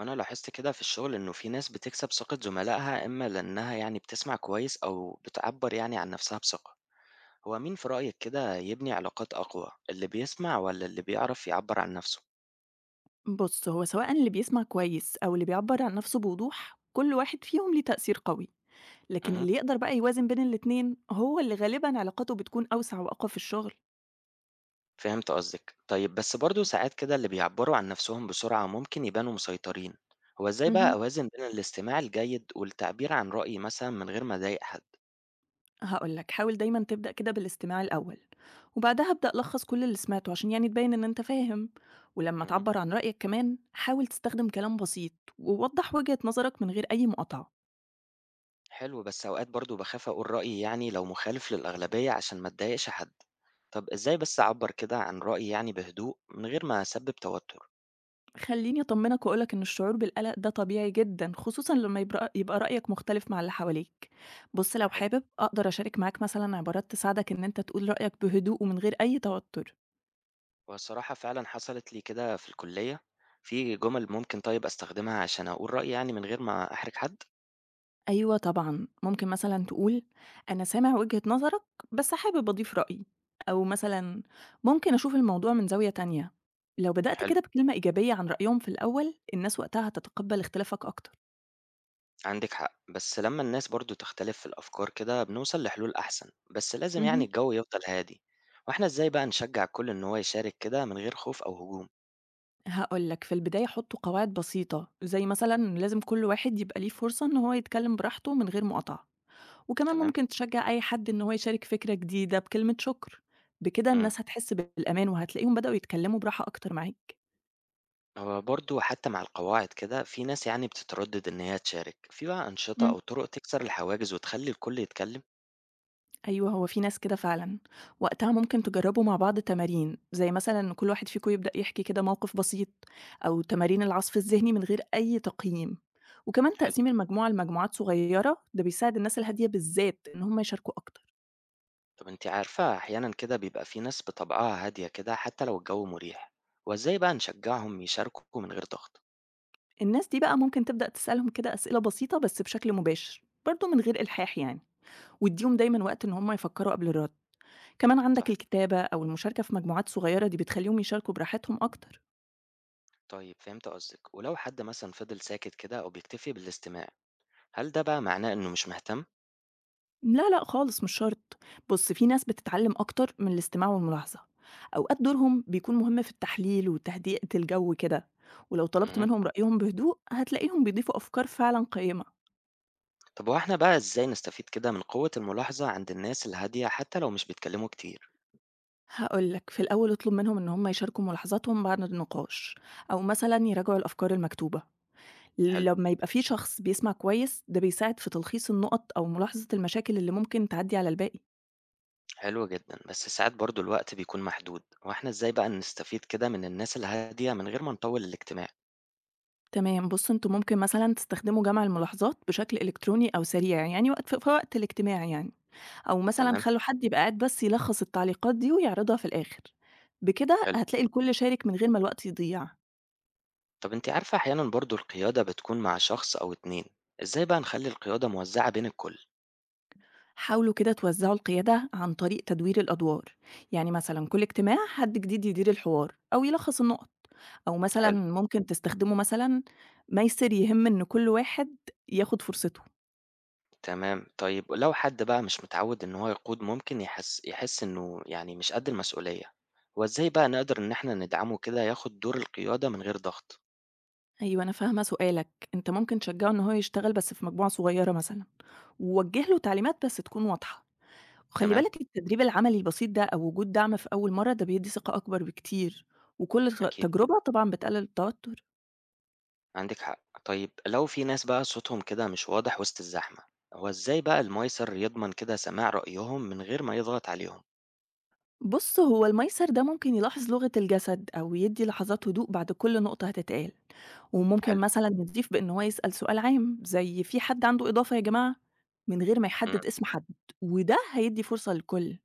أنا لاحظت كده في الشغل إنه في ناس بتكسب ثقة زملائها إما لأنها يعني بتسمع كويس أو بتعبر يعني عن نفسها بثقة. هو مين في رأيك كده يبني علاقات أقوى، اللي بيسمع ولا اللي بيعرف يعبر عن نفسه؟ بُص، هو سواء اللي بيسمع كويس أو اللي بيعبّر عن نَفْسه بوضوح، كل واحد فيهم ليه تأثير قوي، لكن امم اللي يقدر بقى يوازن بين الاتنين هو اللي غالبًا علاقاته بتكون أوسع وأقوى في الشغل. فهمت قصدك. طيب بس برضه ساعات كده اللي بيعبروا عن نفسهم بسرعة ممكن يبانوا مسيطرين. هو إزاي بقى اهم. أوازن بين الاستماع الجيد والتعبير عن رأيي مثلا من غير ما أضايق حد؟ هاقول لك، حاول دايمًا تبدأ كده بالاستماع الأول، وبعدها ابدأ لخّص كل اللي سمعته عشان يعني تبيّن إن أنت فاهم، ولمّا امم تعبّر عن رأيك كمان حاول تستخدم كلام بسيط ووضّح وجهة نظرك من غير أي مقاطعة. حلو. بس أوقات برضه بخاف أقول رأيي يعني لو مخالف للأغلبية عشان ما أتضايقش حد. طب إزاي بس أعبّر كده عن رأيي يعني بهدوء من غير ما أسبّب توتُّر؟ خلّيني أطمّنك وأقول لك إن الشعور بالقلق ده طبيعي جدًا، خصوصًا لمّا يبقى رأيك مختلف مع اللي حواليك. بُص، لو حلو. حابب أقدر أشارك معاك مثلًا عبارات تساعدك إن أنت تقول رأيك بهدوء ومن غير أي توتر. هو الصراحة فعلًا حصلت لي كده في الكُلّية. في جُمَل ممكن طيب أستخدمها عشان أقول رأيي يعني من غير ما أحرج حد؟ أيوه طبعًا، ممكن مثلًا تقول أنا سامع وجهة نظرك، بس حابب أضيف رأيي، أو مثلًا ممكن أشوف الموضوع من زاوية تانية. لو بدأت حلو، كده بكلمة إيجابية عن رأيهم في الأول، الناس وقتها هتتقبل اختلافك أكتر. عندِك حق. بس لمّا الناس برضه تختلف في الأفكار كده بنوصل لحلول أحسن، بس لازم يعني اهم. الجو يفضل هادي. وإحنا إزاي بقى نشجّع الكل إن هو يشارك كده من غير خوف أو هجوم؟ هاقول لك، في البداية حُطّوا قواعد بسيطة، زي مثلًا إن لازم كل واحد يبقى ليه فرصة إن هو يتكلّم براحته من غير مقاطعة، وكمان تمام؟ ممكن تشجّع أي حد إن هو يشارك فكرة جديدة بكلمة شكر، بكده إمم. الناس هتحس بالأمان وهتلاقيهم بدأوا يتكلّموا براحة أكتر معاك. هو برضه حتى مع القواعد كده في ناس يعني بتتردد إن هي تشارك في بقى أنشطة إمم. أو طرق تكسر الحواجز وتخلي الكل يتكلم. أيوه، هو في ناس كده فعلًا. وقتها ممكن تجرّبوا مع بعض تمارين، زي مثلًا إن كل واحد فيكم يبدأ يحكي كده موقف بسيط، أو تمارين العصف الذهني من غير أي تقييم. وكمان حلو. تقسيم المجموعة لمجموعات صغيرة، ده بيساعد الناس الهادية بالذات إن هم يشاركوا أكتر. طب أنت عارفة أحيانا كده بيبقى في ناس بطبعها هادية كده حتى لو الجو مريح. وإزاي بقى نشجعهم يشاركوا من غير ضغط؟ الناس دي بقى ممكن تبدأ تسألهم كده أسئلة بسيطة بس بشكل مباشر برضه من غير إلحاح يعني، واديهم دايما وقت إن هم يفكروا قبل الرد. كمان عندك صح. الكتابة أو المشاركة في مجموعات صغيرة دي بتخليهم يشاركوا براحتهم أكتر. طيب فهمت قصدك. ولو حد مثلا فضل ساكت كده أو بيكتفي بالاستماع، هل ده بقى معناه إنه مش مهتم؟ لا لا خالص مش شرط. بص، في ناس بتتعلم أكتر من الاستماع والملاحظة، أوقات دورهم بيكون مهم في التحليل وتهدئة الجو كده، ولو طلبت مه. منهم رأيهم بهدوء هتلاقيهم بيضيفوا أفكار فعلا قيمة. طب وإحنا بقى إزاي نستفيد كده من قوة الملاحظة عند الناس الهادية حتى لو مش بيتكلموا كتير؟ هقولك، في الأول اطلب منهم إن هم يشاركوا ملاحظاتهم بعد النقاش، أو مثلا يراجعوا الأفكار المكتوبة. حلو. لمّا يبقى في شخص بيسمع كويس، ده بيساعد في تلخيص النُقط أو ملاحظة المشاكل اللي ممكن تعدّي على الباقي. حلو جدًا، بس ساعات برضه الوقت بيكون محدود. هو إحنا إزاي بقى نستفيد كده من الناس الهادية من غير ما نطوّل الاجتماع؟ تمام، بُص أنتم ممكن مثلًا تستخدموا جمع الملاحظات بشكل إلكتروني أو سريع، يعني وقت في وقت الاجتماع يعني، أو مثلًا تمام. خلّوا حد يبقى قاعد بس يلخّص التعليقات دي ويعرضها في الآخر، بكده حلو. هتلاقي الكل شارك من غير ما الوقت يضيع. طب أنتِ عارفة أحيانًا برضه القيادة بتكون مع شخص أو 2، إزاي بقى نخلّي القيادة موزعة بين الكل؟ حاولوا كده توزعوا القيادة عن طريق تدوير الأدوار، يعني مثلا كل اجتماع حد جديد يدير الحوار أو يلخص النقط، أو مثلا حلو. ممكن تستخدموا مثلا ميسر يهم إن كل واحد ياخد فرصته. تمام. طيب لو حد بقى مش متعود إن هو يقود ممكن يحس إنه يعني مش قد المسؤولية. هو إزاي بقى نقدر إن إحنا ندعمه كده ياخد دور القيادة من غير ضغط؟ أيوة أنا فاهمة سؤالك. أنت ممكن تشجعه إن هو يشتغل بس في مجموعة صغيرة مثلا، ووجه له تعليمات بس تكون واضحة، وخلي تمام. بالك التدريب العملي البسيط ده أو وجود دعم في أول مرة ده بيدي ثقة أكبر بكتير، وكل أكيد. تجربة طبعا بتقلل التوتر. عندِك حق. طيب لو في ناس بقى صوتهم كده مش واضح وسط الزحمة، هو إزاي بقى المَيسَر يضمن كده سماع رأيهم من غير ما يضغط عليهم؟ بُص، هو المَيسَر ده ممكن يلاحظ لغة الجسد أو يدّي لحظات هدوء بعد كل نقطة هتتقال، وممكن حلو. مثلًا يضيف بإن هو يسأل سؤال عام زي في حد عنده إضافة يا جماعة؟ من غير ما إمم. يحدد اسم حد، وده هيدّي فرصة للكل.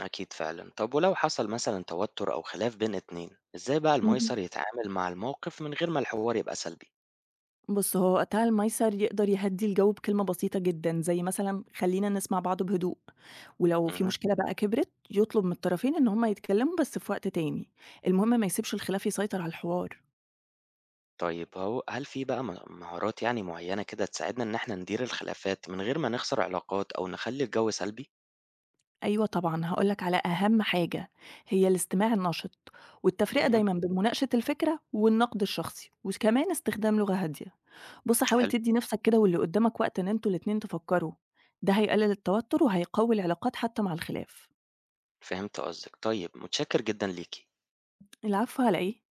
أكيد فعلًا. طب ولو حصل مثلًا توتر أو خلاف بين اتنين، إزاي بقى اهم. المَيسَر يتعامل مع الموقف من غير ما الحوار يبقى سلبي؟ بُص، هو وقتها المَيسَر يقدر يهدّي الجو بكلمة بسيطة جدًا زي مثلًا خلّينا نسمع بعض بهدوء، ولو في اهم. مشكلة بقى كبرت يطلب من الطرفين إن هُم يتكلموا بس في وقت تاني، المهم ما يسيبش الخلاف يسيطر على الحوار. طيب هو هل في بقى مهارات يعني معينة كده تساعدنا إن إحنا ندير الخلافات من غير ما نخسر علاقات أو نخلّي الجو سلبي؟ أيوه طبعًا، هاقول لك على أهم حاجة، هي الاستماع النشِط، والتفرقة اهم، دايمًا بين مناقشة الفكرة والنقد الشخصي، وكمان استخدام لغة هادية. بُص، حاول حلو، تدّي نَفْسك كده واللي قدّامك وقت إن أنتم الاتنين تفكّروا، ده هيقلل التوتُّر وهيقوي العلاقات حتى مع الخلاف. فهمت قصدِك. طيب متشكر جدًا ليكِ. العفو على إيه؟